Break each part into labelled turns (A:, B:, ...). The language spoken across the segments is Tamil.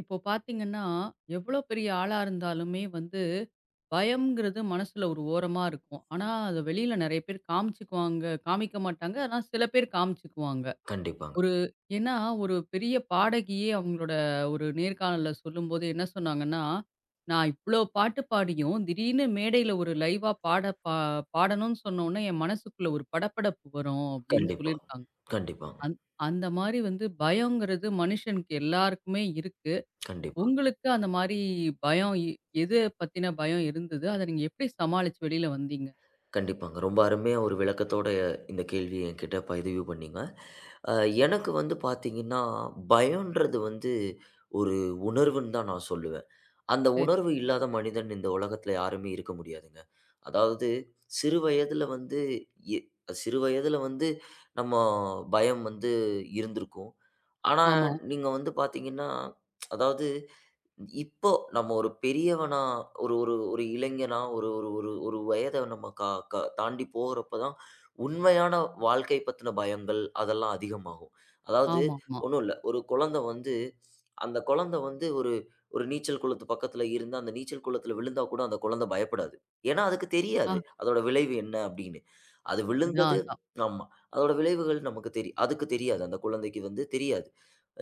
A: இப்போ பார்த்தீங்கன்னா, எவ்வளோ பெரிய ஆளா இருந்தாலுமே வந்து, பயம்ங்கிறது மனசுல ஒரு ஓரமா இருக்கும். ஆனா, அத வெளியில நெறைய பேர் காமிச்சுக்குவாங்க காமிக்க மாட்டாங்க. ஆனா சில பேர் காமிச்சுக்குவாங்க.
B: கண்டிப்பாங்க.
A: ஒரு ஏன்னா ஒரு பெரிய பாடகியே அவங்களோட ஒரு நேர்காணல்ல சொல்லும்போது என்ன சொன்னாங்கன்னா, "நான் இவ்ளோ பாட்டு பாடியும், திடீர்னு மேடையில ஒரு லைவா பாடணும்னு சொன்னோனே, என் மனசுக்குள்ள ஒரு படபடப்பு வரும்." அப்படின்னு
B: கண்டிப்பா.
A: சொல்லியிருக்காங்க.
B: கண்டிப்பா.
A: அந் அந்த மாரி வந்து பயம்ங்கிறது மனுஷனுக்கு எல்லாருக்குமே இருக்கு.
B: கண்டிப்பா.
A: உங்களுக்கு அந்த மாரி பயம் எது பத்தின பயம் இருந்தது? அத நீங்க எப்படி சமாளிச்சு வெளில வந்தீங்க?
B: கண்டிப்பாங்க. ரொம்ப அருமையா ஒரு விளக்கத்தோட இந்த கேள்விய என்கிட்ட பதிவு பண்ணீங்க. அ எனக்கு வந்து பார்த்தீங்கன்னா, பயம்ன்றது வந்து ஒரு உணர்வுன்னு தான் நான் சொல்லுவேன். அந்த
A: சரி.
B: உணர்வு இல்லாத மனிதன் இந்த உலகத்தில யாருமே இருக்க முடியாதுங்க. அதாவது சிறு வயதில வந்து எ சிறு வயதில வந்து நம்ம பயம் வந்து இருந்திருக்கும். ஆனா,
A: ஆமா.
B: நீங்க வந்து பார்த்தீங்கன்னா, அதாவது இப்போ நம்ம ஒரு பெரியவனா, ஒரு ஒரு ஒரு இளைஞனா, ஒரு ஒரு ஒரு ஒரு வயத நம்ம கா கா தாண்டி போகுறப்ப தான், உண்மையான வாழ்க்கை பத்தின பயங்கள் அதெல்லாம் அதிகமாகும். அதாவது
A: ஆமாமா.
B: ஒண்ணும் இல்ல. ஒரு குழந்தை வந்து அந்த குழந்தை வந்து ஒரு ஒரு நீச்சல் குளத்து பக்கத்துல இருந்து, அந்த நீச்சல் குளத்துல விழுந்தா கூட அந்த குழந்தை பயப்படாது. ஏன்னா அதுக்கு
A: ஆ
B: தெரியாது. அதோட விளைவு என்ன அப்படின்னு. அது
A: அதான்,
B: விழுந்தது.
A: அதான்.
B: ஆமா. அதோட விளைவுகள் நமக்கு அதுக்கு தெரியாது. அந்த குழந்தைக்கு வந்து தெரியாது.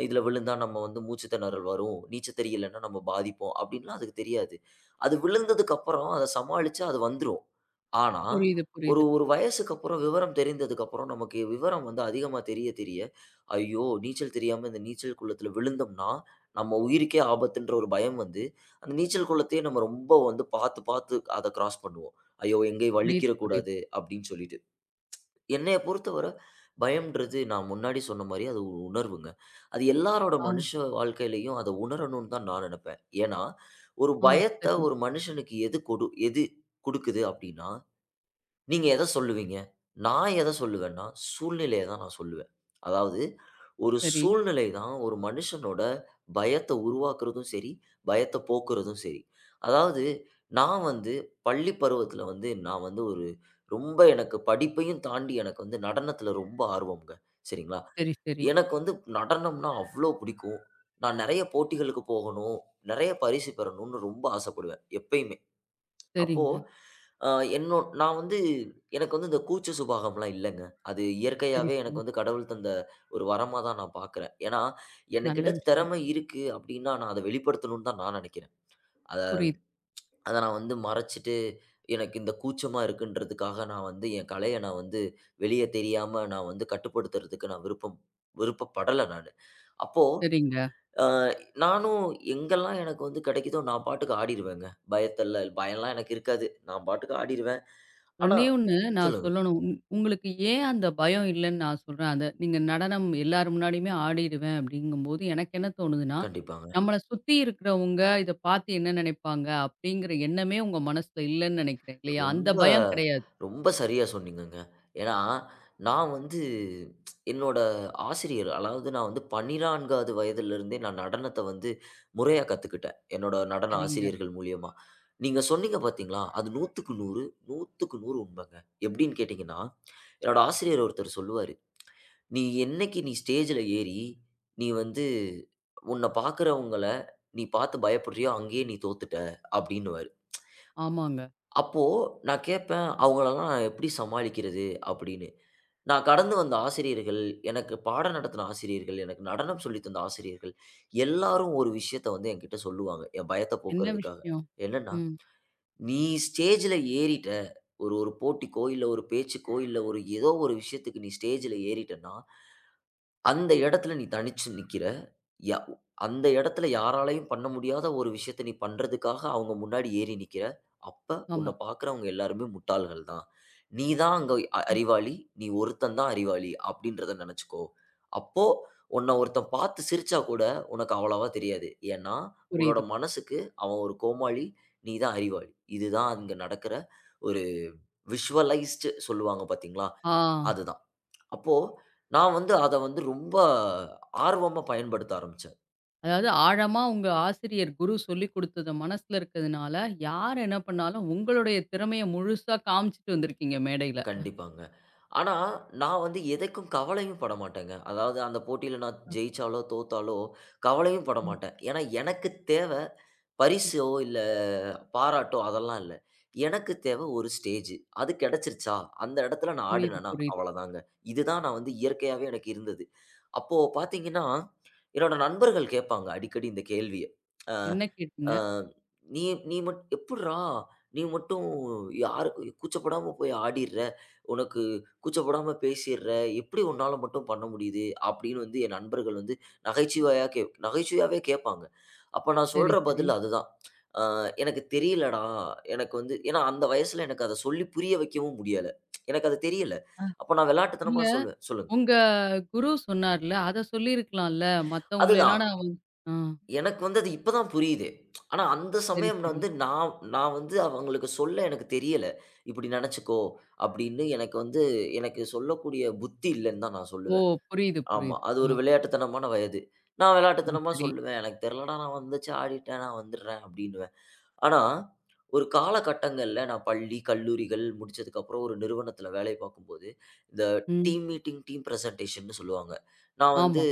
B: இதில விழுந்தா நம்ம வந்து மூச்சு திணறல் வரும். நீச்சல் தெரியலன்னா நம்ம பாதிப்போம். அப்டின்லாம் அதுக்கு தெரியாது. அது விழுந்ததுக்கு அப்புறம் அத சமாளிச்சா அது வந்துரும். ஆனா,
A: புரியுது,
B: ஒரு
A: புரியுது.
B: ஒரு வயசுக்கு அப்புறம் விவரம் தெரிந்ததுக்கப்புறம் நமக்கு விவரம் வந்து அதிகமா தெரிய தெரிய, ஐயோ! நீச்சல் தெரியாம இந்த நீச்சல் குளத்தில விழுந்தோம்னா, நம்ம உயிருக்கே ஆபத்துன்ற ஒரு பயம் வந்து, அந்த நீச்சல் குளத்தையே நம்ம ரொம்ப வந்து பாத்து பாத்து அத கிராஸ் பண்ணுவோம். ஐயோ! எங்கேயும்
A: புரியுது,
B: வழுக்கிற
A: புரியுது.
B: கூடாது அப்டின்னு சொல்லிட்டு. என்னைய பொறுத்தவர பயம்ன்றது நான் முன்னாடி சொன்ன மாரி அது ஒரு உணர்வுங்க. அது எல்லாரோட
A: ஆ,
B: மனுஷ வாழ்க்கையிலயும் அத உணரணும்னு தான் நான் நெனப்பேன். ஏன்னா, ஒரு
A: ஆ.
B: பயத்த
A: சரி,
B: ஒரு மனுஷனுக்கு எது குடுக்குது அப்டின்னா, நீங்க எத சொல்லுவீங்க? நான் எத சொல்லுவேன்னா, சூழ்நிலைய தான் நான் சொல்லுவேன். அதாவது ஒரு
A: சரி,
B: சூழ்நிலை தான் ஒரு மனுஷனோட பயத்த உருவாக்குறதும் சரி, பயத்த போக்குறதும் சரி. அதாவது நான் வந்து பள்ளி பருவத்தில வந்து நான் வந்து ஒரு ரொம்ப எனக்கு படிப்பையும் தாண்டி எனக்கு வந்து நடனத்தில ரொம்ப ஆர்வம்ங்க. சரிங்களா?
A: சரி, சரி.
B: எனக்கு வந்து நடனம்னா அவ்ளோ பிடிக்கும். நான் நெறைய போட்டிகளுக்கு போகணும், நெறைய பரிசு பெறணும்னு ரொம்ப ஆசைப்படுவேன் எப்பயுமே. அப்போ,
A: சரிங்க.
B: அ என்னோ நான் வந்து எனக்கு வந்து இந்த கூச்ச சுபாகம்லாம் இல்லங்க. அது
A: சரி,
B: இயற்கையாவே
A: சரி.
B: எனக்கு வந்து கடவுள் தந்த ஒரு வரமா தான் நான் பார்க்குறேன். ஏன்னா, எனக்கிட்ட
A: நல்ல விஷயம்.
B: திறமை இருக்கு அப்டின்னா, நான் அத வெளிப்படுத்தணும்னு தான் நான் நெனைக்கிறேன். அத
A: புரியுது.
B: அத நான் வந்து மறைச்சுட்டு, எனக்கு இந்த கூச்சமா இருக்குன்றதுக்காக நான் வந்து என் கலைய நான் வந்து வெளிய தெரியாம நான் வந்து கட்டுப்படுத்துறதுக்கு நான் விருப்பப்படல நானு. அப்போ
A: சரிங்க.
B: அ நானும் எங்கெல்லாம் எனக்கு வந்து கிடைக்குதோ, நான் பாட்டுக்கு ஆடிருவேங்க. பயம்லாம் எனக்கு இருக்காது. நான் பாட்டுக்கு ஆடிருவேன். ஆனா
A: ஒண்ணே ஒண்ணு நான்
B: சொல்லுங்க.
A: சொல்லணும். உங்களுக்கு ஏன் அந்த பயம் இல்லன்னு நான் சொல்றேன் அத. நீங்க நடனம் எல்லார் முன்னாடியுமே ஆடிடுவேன் அப்படிங்கும்போது, எனக்கு என்ன தோணுதுன்னா,
B: கண்டிப்பாங்க.
A: நம்மள சுத்தி இருக்கிறவங்க இத பார்த்து என்ன நினைப்பாங்க? அப்படிங்கிற எண்ணமே உங்க மனசுல இல்லன்னு நெனைக்கிறேன். இல்லையா? அந்த
B: ரொம்ப
A: பயம் கிடையாது.
B: ரொம்ப சரியா சொன்னீங்கங்க. ஏன்னா, நான் வந்து என்னோட ஆசிரியர் அதாவது நான் வந்து 12வது வயதிலிருந்தே நான் நடனத்த வந்து முறையா கத்துக்கிட்டேன். என்னோட நடன
A: சரிங்க.
B: ஆசிரியர்கள் மூலியமா. நீங்க சொன்னீங்க பார்த்தீங்களா, அது 100க்கு 100 100க்கு 100 உண்மைங்க. எப்படின்னு கேட்டீங்கன்னா, என்னோட ஆசிரியர் ஒருத்தர் சொல்லுவாரு. நீ என்னைக்கு நீ ஸ்டேஜ்ல ஏறி, நீ வந்து உன்ன பார்க்கிறவங்கள நீ பார்த்து பயப்படுறியோ, அங்கேயே நீ தோத்துட்ட அப்படின்னுவாரு.
A: ஆமாங்க.
B: அப்போ நான் கேட்பேன், அவங்களலாம் நான் எப்படி சமாளிக்கிறது அப்படின்னு. நான் கடந்து வந்த ஆசிரியர்கள், எனக்கு பாடம் நடத்தின ஆசிரியர்கள், எனக்கு நடனம் சொல்லித் தந்த ஆசிரியர்கள், எல்லாரும் ஒரு விஷயத்த வந்து என்கிட்ட சொல்லுவாங்க. என் பயத்த
A: என்ன
B: போக்குறதுக்காக.
A: விஷயம்?
B: என்னன்னா,
A: ம்.
B: "நீ ஸ்டேஜ்ல ஏறிட்ட. ஒரு ஒரு போட்டிக்கோ, இல்ல ஒரு பேச்சுக்கோ, இல்ல ஒரு ஏதோ ஒரு விஷயத்துக்கு நீ ஸ்டேஜ்ல ஏறிட்டன்னா, அந்த இடத்துல நீ தனிச்சு நிக்கிற. ய அந்த இடத்துல யாராலயும் பண்ண முடியாத ஒரு விஷயத்த நீ பண்றதுக்காக அவங்க முன்னாடி ஏறி நிக்கிற. அப்ப உன்ன
A: ஆமா.
B: பார்க்குறவங்க எல்லாருமே முட்டாள்கள் தான். நீ தான் அங்க
A: ம்.
B: அறிவாளி. நீ ஒருத்தன் தான் அறிவாளி அப்படின்றத நெனச்சுக்கோ. அப்போ உன்ன ஒருத்தன் பார்த்து சிரிச்சா கூட உனக்கு அவ்வளவா தெரியாது. ஏன்னா, உன்னோட
A: புரியுது.
B: மனசுக்கு அவன் ஒரு கோமாளி. நீ தான் அறிவாளி. இதுதான் அங்க நடக்கிற ஒரு விஷுவலைஸ்டு சொல்லுவாங்க பார்த்தீங்களா?
A: ஆ.
B: அதுதான். அப்போ நான் வந்து அத வந்து ரொம்ப ஆர்வமா பயன்படுத்த ஆரம்பிச்சேன்.
A: அதாவது ஆழமா உங்க ஆசிரியர் குரு சொல்லிக் குடுத்தத மனசுல இருக்கிறதுனால, யார் என்ன பண்ணாலும் உங்களுடைய திறமைய முழுசா காமிச்சுட்டு வந்திருக்கீங்க மேடையில.
B: கண்டிப்பாங்க. ஆனா, நான் வந்து எதுக்கும் கவலையும் பட மாட்டேங்க. அதாவது அந்த போட்டியில நான் ஜெயிச்சாலோ, தோத்தாலோ கவலையும் பட
A: ம்.
B: மாட்டேன். ஏன்னா, எனக்கு தேவ பரிசோ இல்ல பாராட்டோ அதெல்லாம் இல்ல. எனக்கு தேவ ஒரு ஸ்டேஜ். அது கிடைச்சிருச்சா, அந்த இடத்துல நான்
A: புரியுது,
B: ஆடுனேனா
A: புரியுது.
B: அவ்வளதாங்க. இதுதான் நான் வந்து இயற்கையாவே எனக்கு இருந்தது. அப்போ பார்த்தீங்கன்னா, என்னோட நண்பர்கள் கேட்பாங்க அடிக்கடி இந்த கேள்விய. அ
A: என்ன
B: அ
A: கேட்டீங்க?
B: "நீ நீ மட் எப்புட்றா நீ மட்டும் யாருக்கு கூச்சப்படாம போய் ஆடிர்ற. உனக்கு கூச்சப்படாம பேசிர்ற. எப்படி உன்னால மட்டும் பண்ண முடியுது?" அப்படின்னு வந்து என் நண்பர்கள் வந்து நகைச்சுவையாவே கேட்பாங்க. அப்ப நான்
A: சரி,
B: சொல்ற
A: சரி.
B: பதில் அதுதான். "அ எனக்கு தெரியலடா. எனக்கு வந்து" ஏன்னா அந்த வயசுல எனக்கு அத சொல்லி புரிய வைக்கவும் முடியல. எனக்கு அது தெரியல.
A: அ
B: அப்ப நான்
A: இல்ல
B: விளையாட்டுத்தனமா சொல்லுவேன். சொல்லுங்க.
A: உங்க குரு சொன்னார்ல, அத சொல்லியிருக்கலாம்ல.
B: அதுதான்.
A: மத்தவங்களலாம் நான் வந்து ஆ
B: எனக்கு வந்து அது இப்ப தான் புரியுது. ஆனா அந்த
A: சரி,
B: சமயம் நான்
A: சரி.
B: வந்து நான் நான் வந்து அவங்களுக்கு சொல்ல எனக்கு தெரியல. "இப்படி நெனச்சுக்கோ" அப்படின்னு எனக்கு வந்து எனக்கு சொல்லக்கூடிய புத்தி இல்லன்னு தான் நான்
A: ஓ!
B: சொல்லுவேன்.
A: புரியுது,
B: ஆமா.
A: புரியுது.
B: அது ஒரு
A: ஆ
B: விளையாட்டுத்தனமான வயது. நான்
A: சரி,
B: விளையாட்டுத்தனமா
A: சரி.
B: சொல்லுவேன். "எனக்கு தெரிலடா நான் வந்துச்சு ஆடிட்டேன். நான் வந்துடுறேன்" அப்படின்னு. ஆனா, ஒரு காலகட்டங்கள்ல நான் பள்ளி, கல்லூரிகள் முடிச்சதுக்கப்புறம் ஒரு நிறுவனத்தில வேலை பார்க்கும்போது, இந்த
A: ம்.
B: டீம் மீட்டிங், டீம் பிரசன்டேஷன்னு சொல்லுவாங்க. நான் வந்து
A: ஆமா.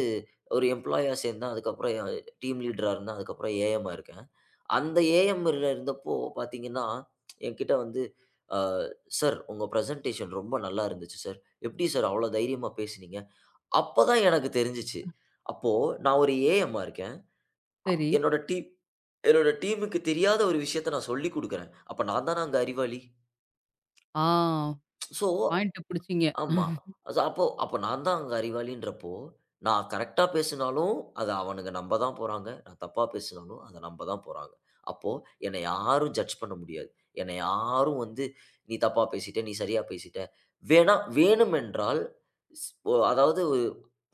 B: ஒரு எம்ப்ளாயியா சேர்ந்தேன். அதுக்கப்புறம் டீம் லீடரா இருந்தேன். அதுக்கப்புறம் ஏஎம்மா இருக்கேன். அந்த ஏஎம்ல இருந்தப்போ பார்த்தீங்கன்னா, என்கிட்ட வந்து அ "சார் உங்க பிரசன்டேஷன் ரொம்ப நல்லா இருந்துச்சு சார். எப்படி சார் அவ்வளோ தைரியமா பேசுனீங்க?" அப்பதான் எனக்கு தெரிஞ்சுச்சு. அப்போ நான் ஒரு ஏஎம்மா இருக்கேன்.
A: சரி.
B: என்னோட டீம் என்னோட டீமுக்கு தெரியாத ஒரு விஷயத்த நான் சொல்லிக் குடுக்குறேன். அப்ப நான் தான அங்க அறிவாளி?
A: ஆ
B: சோ
A: பாயிண்ட்ட புடிச்சீங்க.
B: ஆமா. சோ அப்போ அப்போ நான் தான் அங்க அறிவாளின்றப்போ, நான் கரெக்ட்டா பேசினாலும், அத அவனுங்க நம்ப தான் போறாங்க. நான் தப்பா பேசினாலும், அத நம்ப தான் போறாங்க. அப்போ என்னை யாரும் ஜட்ஜ் பண்ண முடியாது. என்னை யாரும் வந்து, "நீ தப்பா பேசிட்ட. நீ சரியா பேசிட்ட." வேணா வேணுமென்றால் ஸ் ஒ அதாவது ஒரு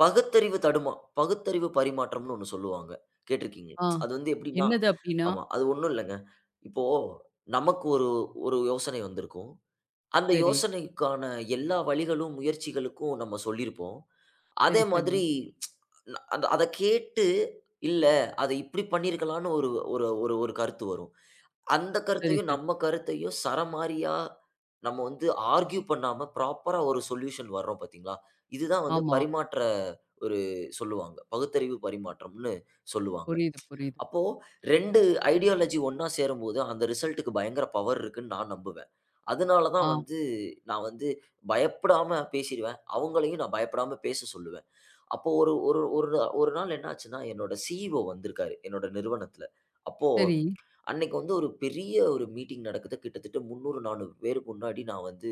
B: பகுத்தறிவு தடுமா பகுத்தறிவு பரிமாற்றம்ன்னு ஒண்ணு சொல்லுவாங்க. கேட்டிருக்கீங்க.
A: ஆ
B: அது வந்து எப்படின்னா
A: என்னது அப்டின்னா?
B: ஆமா. அது ஒண்ணும் இல்லங்க. இப்போ நமக்கு ஒரு ஒரு யோசனை வந்திருக்கும். அந்த
A: சரி,
B: யோசனைக்கான எல்லா வழிகளும், முயற்சிகளுக்கும் நம்ம சொல்லியிருப்போம். அதே
A: சரி, சரி,
B: மாதிரி அத அத கேட்டு, இல்ல அத இப்படி பண்ணியிருக்கலான்னு ஒரு ஒரு ஒரு ஒரு கருத்து வரும். அந்த
A: சரி,
B: கருத்தையும்,
A: சரி.
B: நம்ம கருத்தையும் சரமாரியா நம்ம வந்து ஆர்க்யூ பண்ணாம ப்ராப்பரா ஒரு சொல்யூஷன் வர்றோம் பார்த்தீங்களா? இதுதான் வந்து
A: ஆமா.
B: பரிமாற்ற ஒரு சொல்லுவாங்க. பகுத்தறிவு பரிமாற்றம்னு சொல்லுவாங்க.
A: புரியுது, புரியுது.
B: அப்போ 2 ஐடியாலஜி ஒண்ணா சேரும்போது, அந்த ரிசல்ட்‌டுக்கு பயங்கர பவர் இருக்குன்னு நான் நம்புவேன். அதனால
A: ஆ
B: தான் வந்து நான் வந்து பயப்படாம பேசிருவேன். அவங்களையும் நான் பயப்படாம பேச சொல்லுவேன். அப்போ ஒரு ஒரு ஒரு நா- ஒரு நாள் என்ன ஆச்சுன்னா, என்னோட சிஇஓ வந்திருக்காரு, என்னோட நிறுவனத்தில. அப்போ
A: சரி,
B: அன்னைக்கு வந்து ஒரு பெரிய ஒரு மீட்டிங் நடக்குது. கிட்டத்தட்ட 300, 400 பேருக்கு முன்னாடி நான் வந்து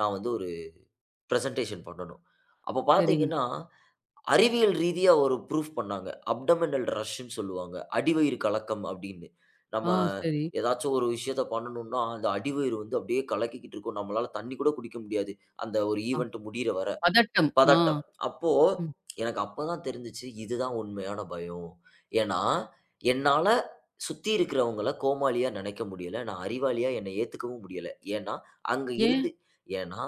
B: ஒரு பிரசன்டேஷன் பண்ணணும். அப்போ
A: சரிங்க.
B: பார்த்தீங்கன்னா அறிவியல் ரீதியா ஒரு ப்ரூஃப் பண்ணாங்க. அப்டோமினல் ரஷ்ன்னு சொல்லுவாங்க. அடிவயிறு கலக்கம் அப்படின்னு. நம்ம
A: ஆ சரி.
B: ஏதாச்சும் ஒரு விஷயத்த பண்ணணும்னா, அந்த அடிவயிறு வந்து அப்படியே கலக்கிக்கிட்டு இருக்கும். நம்மளால தண்ணி கூட குடிக்க முடியாது. அந்த ஒரு
A: அ
B: ஈவென்ட் முடியிற வர.
A: பதட்டம். ஆ
B: பதட்டம். அப்போ
A: ம்.
B: எனக்கு அப்பதான் தெரிஞ்சுச்சு, இதுதான் உண்மையான பயம். ஏன்னா, என்னால சுத்தி இருக்கிறவங்கள கோமாளியா நெனைக்க முடியல. நான் அறிவாளியா என்னை ஏத்துக்கவும் முடியல. ஏன்னா, அங்க
A: ஏன்?
B: இருந்து ஏன்னா,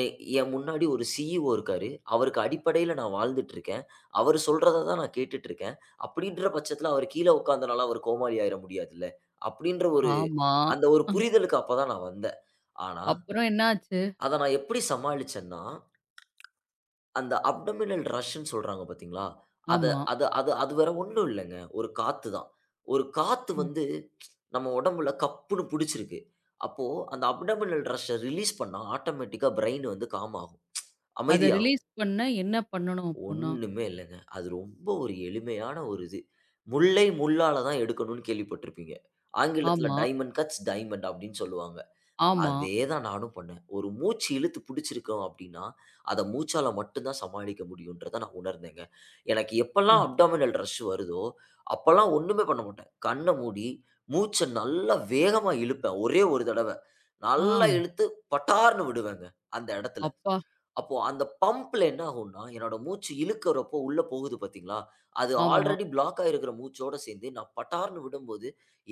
B: என் என் முன்னாடி ஒரு சிஇஓ இருக்காரு. அவருக்கு அடிப்படையில நான் வாழ்ந்துட்டு இருக்கேன். அவரு சொல்றத தான் நான் கேட்டுட்டு இருக்கேன். அப்படின்ற பட்சத்தில அவரு கீழ உட்கார்ந்தனால அவரு கோமாளி ஆயிற முடியாதுல்ல. அப்படின்ற ஒரு
A: ஆமா.
B: அந்த ஒரு
A: அஹ்,
B: புரிதலுக்கு அப்பதான் நான் வந்தேன். ஆனா,
A: அப்புறம் என்னாச்சு?
B: அத நான் எப்படி சமாளிச்சேன்னா அந்த அப்டோமினல் ரஷ்ன்னு சொல்றாங்க பார்த்தீங்களா? அத
A: ஆமா.
B: அது அது அது வேற ஒண்ணும் இல்லங்க. ஒரு காத்து தான். ஒரு காத்து
A: ம்.
B: வந்து நம்ம உடம்புல கப்புன்னு புடிச்சிருக்கு. அப்போ அந்த அப்டோமினல் ரஷ்ஷ ரிலீஸ் பண்ணா ஆட்டோமேட்டிக்கா பிரெயின் வந்து காம் ஆகும்.
A: அத
B: அமைதியாகும்.
A: ரிலீஸ் பண்ண என்ன பண்ணணும் அப்புட்ன்னா,
B: ஒண்ணுமே இல்லங்க. அது ரொம்ப ஒரு எளிமையான ஒரு இது. முல்லை முள்ளால தான் எடுக்கணும்னு கேள்விப்பட்டிருப்பீங்க. ஆங்கிலத்தில
A: ஆமா,
B: டைமண்ட் கட்ஸ் டைமண்ட் அப்டின்னு சொல்லுவாங்க.
A: ஆமா.
B: அதே தான் நானும் பண்ணேன். ஒரு மூச்சு இழுத்து பிடிச்சிருக்கோம் அப்படின்னா, அத மூச்சால மட்டும் தான் சமாளிக்க முடியுன்றத நான் உணர்ந்தேங்க. எனக்கு எப்பல்லாம்
A: அ.
B: அப்டாமினல் ரஷ் வருதோ, அப்பல்லாம் ஒண்ணுமே பண்ண மாட்டேன். கண்ண மூடி மூச்ச நல்லா வேகமா இழுப்பேன். ஒரே ஒரு தடவ.
A: ஆ,
B: நல்லா இழுத்து பட்டார்ன்னு விடுவேங்க, அந்த இடத்துல.
A: அப்பா,
B: அப்போ அந்த பம்ப்ல என்ன ஆகும்னா, என்னோட மூச்சு இழுக்கிறப்போ உள்ள போகுது பார்த்தீங்களா, அது
A: ஆமா.
B: ஆல்ரெடி பிளாக் ஆயிருக்கிற மூச்சோட சேர்ந்து நான் பட்டார்ன்னு விடும்போது,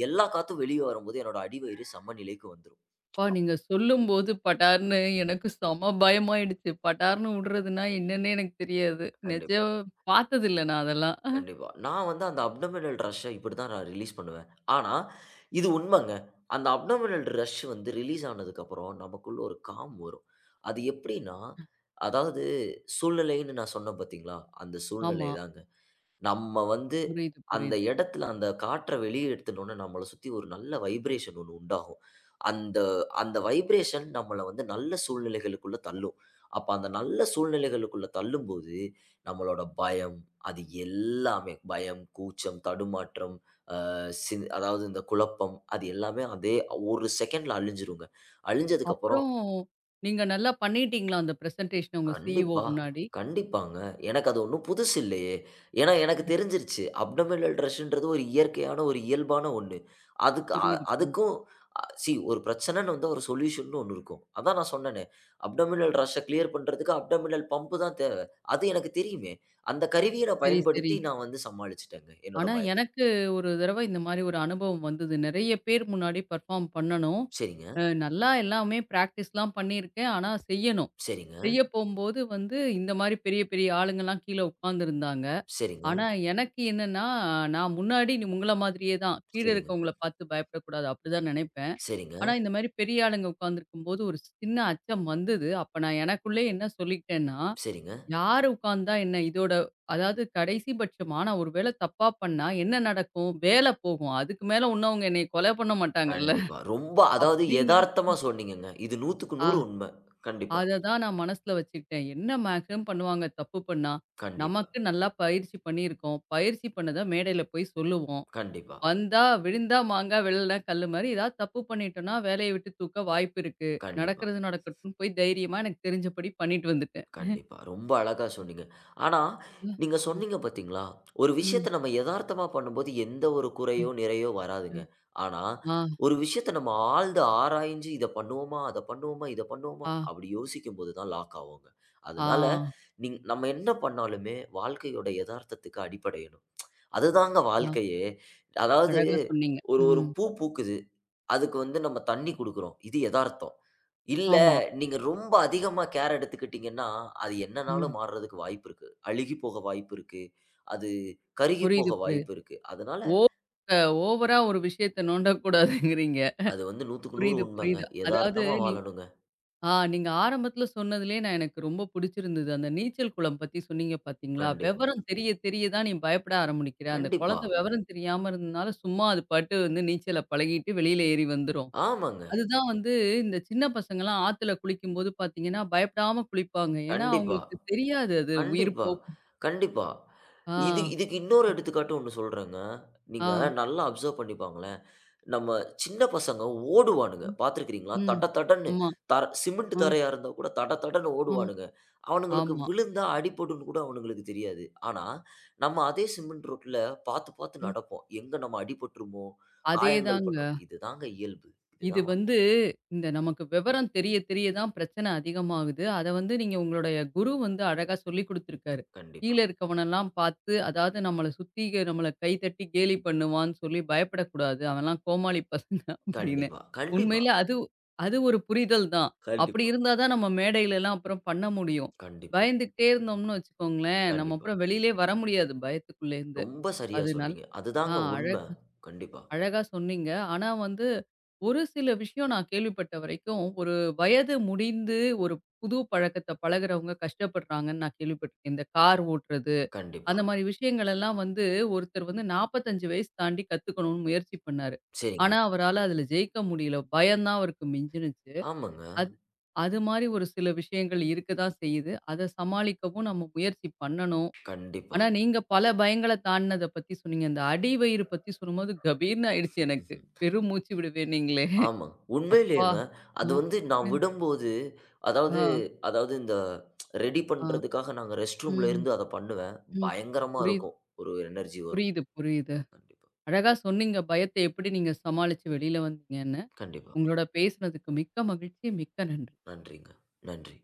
B: எல்லா காத்தும் வெளிய வரும்போது என்னோட அடிவயிறு சமநிலைக்கு வந்துரும்.
A: அப்பா
B: அப்
A: நீங்க சொல்லும்போது படார்ன்னு
B: ம்.
A: எனக்கு செம பயமாயிடுச்சு. படார்ன்னு உடுறதுன்னா என்னன்னே எனக்கு தெரியாது.
B: கண்டிப்பா,
A: நிஜம் பார்த்ததில்ல நான் அதெல்லாம்.
B: கண்டிப்பா. நான் வந்து அந்த அப்டோமினல் ரஷ்ஷ இப்படிதான் நான் ரிலீஸ் பண்ணுவேன். ஆனா, இது உண்மங்க. அந்த அப்டோமினல் ரஷ் வந்து ரிலீஸ் ஆனதுக்கப்புறம் நமக்குள்ள ஒரு காம் வரும். அது எப்படின்னா, அதாவது சூழ்நிலைன்னு நான் சொன்னேன் பார்த்தீங்களா? அந்த சூழ்நிலை
A: ஆமா.
B: தாங்க. நம்ம வந்து
A: புரியுது,
B: அந்த
A: புரியுது.
B: இடத்துல அந்த காற்ற வெளிய எடுத்துனோனே, நம்மள சுத்தி ஒரு நல்ல வைப்ரேஷன் ஒண்ணு உண்டாகும். அந்த அந்த வைப்ரேஷன் நம்மள வந்து நல்ல சூழ்நிலைகளுக்குள்ள தள்ளும். அப்ப அந்த நல்ல சூழ்நிலைகளுக்குள்ள தள்ளும்போது, நம்மளோட பயம், அது எல்லாமே பயம், கூச்சம், தடுமாற்றம், அ சின் அதாவது இந்த குழப்பம் அது எல்லாமே அதே ஒரு செகண்ட்ல அழிஞ்சிருங்க. அழிஞ்சதுக்கப்புறம்
A: அப்புறம் நீங்க நல்லா பண்ணிட்டீங்களா அந்த பிரசன்டேஷன உங்க சிஇஓ
B: கண்டிப்பா,
A: முன்னாடி?
B: கண்டிப்பாங்க. எனக்கு அது ஒண்ணும் புதுசு இல்லையே! ஏன்னா எனக்கு தெரிஞ்சிருச்சு. அப்டோமினல் ட்ரஷ்ன்றது ஒரு இயற்கையான, ஒரு இயல்பான ஒண்ணு.
A: புரியுது, புரியுது.
B: அதுக்கும் அ சி ஒரு பிரச்சனைன்னு வந்தா ஒரு சொல்யூஷன்னு ஒண்ணு இருக்கும். அதான் நான் சொன்னேனே, அப்டோமினல் ரஷ்ஷ கிளியர் பண்றதுக்கு அப்டோமினல் பம்ப் தான் தேவ. அது எனக்கு தெரியுமே! அந்த கருவிய நான்
A: சரி, சரி.
B: பயன்படுத்தி நான் வந்து சமாளிச்சுட்டேங்க, என்னோட
A: ஆனா,
B: பயத்த.
A: எனக்கு ஒரு தடவ இந்த மாரி ஒரு அனுபவம் வந்தது. நெறைய பேர் முன்னாடி பெர்ஃபார்ம் பண்ணணும்.
B: சரிங்க,
A: நல்லா எல்லாமே பிராக்டிஸ்லாம் பண்ணியிருக்கேன். ஆனா செய்யணும்.
B: சரிங்க,
A: செய்ய போம்போது வந்து இந்த மாரி பெரிய, பெரிய ஆளுங்கலாம் கீழ உட்காந்துருந்தாங்க.
B: சரிங்க,
A: ஆனா, எனக்கு என்னன்னா, நான் முன்னாடி நீ உங்கள மாதிரியே தான். கீழ
B: சரிங்க,
A: இருக்கவங்கள பார்த்து பயப்படக்கூடாது. அப்படிதான் நெனைப்பேன்.
B: சரிங்க,
A: ஆனா, இந்த மாரி பெரிய ஆளுங்க உட்காந்துருக்கும்போது ஒரு சின்ன அச்சம் வந்தது. அப்ப நான் எனக்குள்ளே என்ன சொல்லிக்கிட்டேன்னா
B: சரிங்க.
A: யாரு உட்கார்ந்தா என்ன? இதோட அதாவது கடைசி பட்சமா நான் ஒரு வேள தப்பா பண்ணா என்ன நடக்கும்? வேல போகும். அதுக்கு மேல ஒண்ணும் அவங்க என்னைய கொலை பண்ண மாட்டாங்கல்ல.
B: கண்டிப்பா. ரொம்ப அதாவது
A: அப்படிங்கிற
B: எதார்த்தமா சொன்னீங்கங்க. இது 100க்கு
A: ஆ
B: 100 உண்ம. கண்டிப்பா.
A: அததான் நான் மனசுல வச்சுக்கிட்டேன். என்ன மேக்ஸிமம் பண்ணுவாங்க தப்பு பண்ணா?
B: கண்டிப்பா,
A: நமக்கு நல்லா பயிற்சி பண்ணியிருக்கோம். பயிற்சி பண்ணத மேடையில போய் சொல்லுவோம்.
B: கண்டிப்பா,
A: வந்தா விழுந்தா மாங்கா, விழலனா கல்லு மாரி ஏதாவது தப்பு பண்ணிட்டோம்னா, வேலைய விட்டு தூக்க வாய்ப்பு இருக்கு.
B: கண்டிப்பா,
A: நடக்கிறது நடக்கட்டும்னு போய் தைரியமா எனக்கு தெரிஞ்சபடி பண்ணிட்டு வந்துட்டேன்.
B: கண்டிப்பா. ரொம்ப அழகா சொன்னீங்க. ஆனா,
A: ம்.
B: நீங்க
A: ம்.
B: சொன்னீங்க பார்த்தீங்களா? ஒரு விஷயத்த
A: ம்.
B: நம்ம எதார்த்தமா பண்ணும்போது எந்த ஒரு குறையோ, நிறையோ வராதுங்க.
A: ம்.
B: ஆனா,
A: ஆ,
B: ஒரு விஷயத்த நம்ம ஆழ்ந்து ஆராய்ஞ்சு இத பண்ணுவோமா? அத பண்ணுவோமா? இத பண்ணுவோமா?
A: ஆ,
B: அப்படி யோசிக்கும்போது தான் லாக் ஆவோங்க.
A: ஆ.
B: அதனால, நம்ம என்ன பண்ணாலுமே வாழ்க்கையோட எதார்த்தத்துக்கு அடிபடையணும். அதுதாங்க
A: ஆ,
B: வாழ்க்கையே. அதாவது
A: அழகா சொன்னீங்க.
B: ஒரு ஒரு
A: ம்.
B: பூ பூக்குது. அதுக்கு வந்து நம்ம தண்ணி குடுக்குறோம். இது எதார்த்தம். இல்ல,
A: ஆமா.
B: நீங்க ரொம்ப அதிகமா கேர் எடுத்துக்கிட்டீங்கன்னா, அது
A: ம்.
B: என்னனாலும் மாறுறதுக்கு வாய்ப்பு இருக்கு. அழுகி போக வாய்ப்பு இருக்கு. அது கருகி
A: புரியுது,
B: போக
A: புரியுது.
B: வாய்ப்பு இருக்கு. அதனால
A: ஓ ஓவரா ஒரு விஷயத்த நோண்டக்கூடாதுங்கிறீங்க.
B: அது வந்து 100க்கு 100
A: புரியுது,
B: உண்மங்க.
A: புரியுது. அதாவது
B: எதார்த்தமா
A: நீ
B: வாழணுங்க.
A: ஆ நீங்க ஆரம்பத்தில சொன்னதுலயே நான் எனக்கு ரொம்ப புடிச்சிருந்தது. அந்த நீச்சல் குளம் பத்தி சொன்னீங்க பார்த்தீங்களா?
B: கண்டிப்பா,
A: விவரம் தெரிய தெரிய தான் நீ பயப்பட ஆரம்பிக்கிற. அந்த
B: கண்டிப்பா.
A: குழந்தை விவரம் தெரியாம இருந்ததுனால சும்மா அது பாட்டு வந்து நீச்சல பழகிட்டு வெளியில ஏறி வந்துரும்.
B: ஆமாங்க.
A: அதுதான் வந்து இந்த சின்ன பசங்கலாம் ஆத்துல குளிக்கும்போது பார்த்தீங்கன்னா, பயப்படாம குளிப்பாங்க. ஏன்னா
B: கண்டிப்பா,
A: அவங்களுக்கு தெரியாது அது உயிர்
B: கண்டிப்பா, கண்டிப்பா.
A: ஆ,
B: இதுக்கு இன்னொரு எடுத்துக்காட்டு ஒண்ணு சொல்றேங்க.
A: ஆ.
B: நீங்க நல்லா அப்சர்வ் பண்ணி பாங்களேன். நம்ம சின்ன பசங்க ஓடுவானுங்க. பார்த்துருக்கிறீங்களா?
A: ம்.
B: தட தடன்னு
A: ஆமா.
B: சிமெண்ட்
A: ஆ,
B: தரையா இருந்தா கூட தட தடன்னு
A: ஆ.
B: ஓடுவானுங்க. அவனுங்களுக்கு
A: ஆமா.
B: விழுந்தா அடிபடும்ன்னு கூட அவனுங்களுக்கு தெரியாது. ஆனா, நம்ம அதே சிமெண்ட் ரோட்ல பார்த்து, பார்த்து
A: ம்.
B: நடப்போம். எங்க நம்ம அடிபட்டுருமோ! காயங்கள்
A: அதேதாங்க.
B: பட்டுருமோ! இதுதாங்க இயல்பு.
A: இது
B: இதுதான்
A: வந்து இந்த நமக்கு விவரம் தெரிய தெரிய தான் பிரச்சனை அதிகமாகுது. அத வந்து நீங்க உங்களுடைய குரு வந்து அழகா சொல்லிக் குடுத்துருக்காரு. கீழ
B: கண்டிப்பா,
A: இருக்கவனெல்லாம் பார்த்து அதாவது நம்மள சுத்தி நம்மள கை தட்டி கேலி பண்ணுவான்னு சொல்லி பயப்படக்கூடாது. அவன்லாம் கோமாளி பசங்க அப்படின்னு.
B: கண்டிப்பா, கண்டிப்பா,
A: உண்மையில அது அது ஒரு புரிதல் தான். அப்படி
B: கண்டிப்பா,
A: இருந்தா தான் நம்ம மேடையிலலாம் அப்புறம் பண்ண முடியும்.
B: கண்டிப்பா,
A: பயந்துகிட்டே இருந்தோம்னு வச்சுக்கோங்களேன், நம்ம
B: கண்டிப்பா.
A: அப்புறம் வெளியிலே வர முடியாது பயத்துக்குள்ளேருந்து.
B: ரொம்ப சரியா
A: அது நல்
B: சொன்னீங்க.
A: ஆ
B: அதுதாங்க உண்ம.
A: அழகா
B: கண்டிப்பா,
A: அழகா சொன்னீங்க. ஆனா வந்து, ஒரு சில விஷயம் நான் கேள்விப்பட்ட வரைக்கும், ஒரு வயது முடிந்து ஒரு புது பழக்கத்த பழகுறவங்க கஷ்டப்படுறாங்கன்னு நான் கேள்விப்பட்டுருக்கேன். இந்த கார் ஓட்டுறது,
B: கண்டிப்பா.
A: அந்த மாரி விஷயங்கள் எல்லாம் வந்து ஒருத்தர் வந்து 45 வயசு தாண்டி கத்துக்கணும்னு முயற்சி பண்ணாரு.
B: சரிங்க.
A: ஆனா அவரால அதுல ஜெயிக்க முடியல. பயம் தான் அவருக்கு மிஞ்சுனுச்சு.
B: ஆமாங்க.
A: அது அது மாரி ஒரு சில விஷயங்கள் இருக்க தான் செய்யுது. அத சமாளிக்கவும் நம்ம முயற்சி பண்ணணும்.
B: கண்டிப்பா.
A: ஆனா, நீங்க பல பயங்கள தாண்டினத பத்தி சொன்னீங்க. இந்த அடி வயிறு பத்தி சொல்லும்போது கபீர்ன்னு ஆயிடுச்சு எனக்கு.
B: ம்ஹ்ம்.
A: பெரும் மூச்சு விடுவேன் நீங்களே.
B: ஆமா.
A: அப்பா!
B: உண்மையிலேயேங்க. அது
A: ஆ,
B: வந்து நான் விடும்போது, அதாவது
A: ஆ,
B: அதாவது இந்த ரெடி
A: ஆ.
B: பண்றதுக்காக நாங்க ரெஸ்ட் ரூம்ல
A: ம்,
B: இருந்து அத பண்ணுவேன்.
A: ம்.
B: பயங்கரமா
A: புரியுது,
B: இருக்கும். ஒரு எனர்ஜி வரும்.
A: புரியுது, புரியுது.
B: கண்டிப்பா.
A: அழகா சொன்னீங்க. பயத்த எப்படி நீங்க சமாளிச்சு வெளில வந்தீங்கன்னு.
B: கண்டிப்பா.
A: உங்களோட பேசினதுக்கு மிக்க மகிழ்ச்சி. மிக்க நன்றி.
B: நன்றிங்க. நன்றி.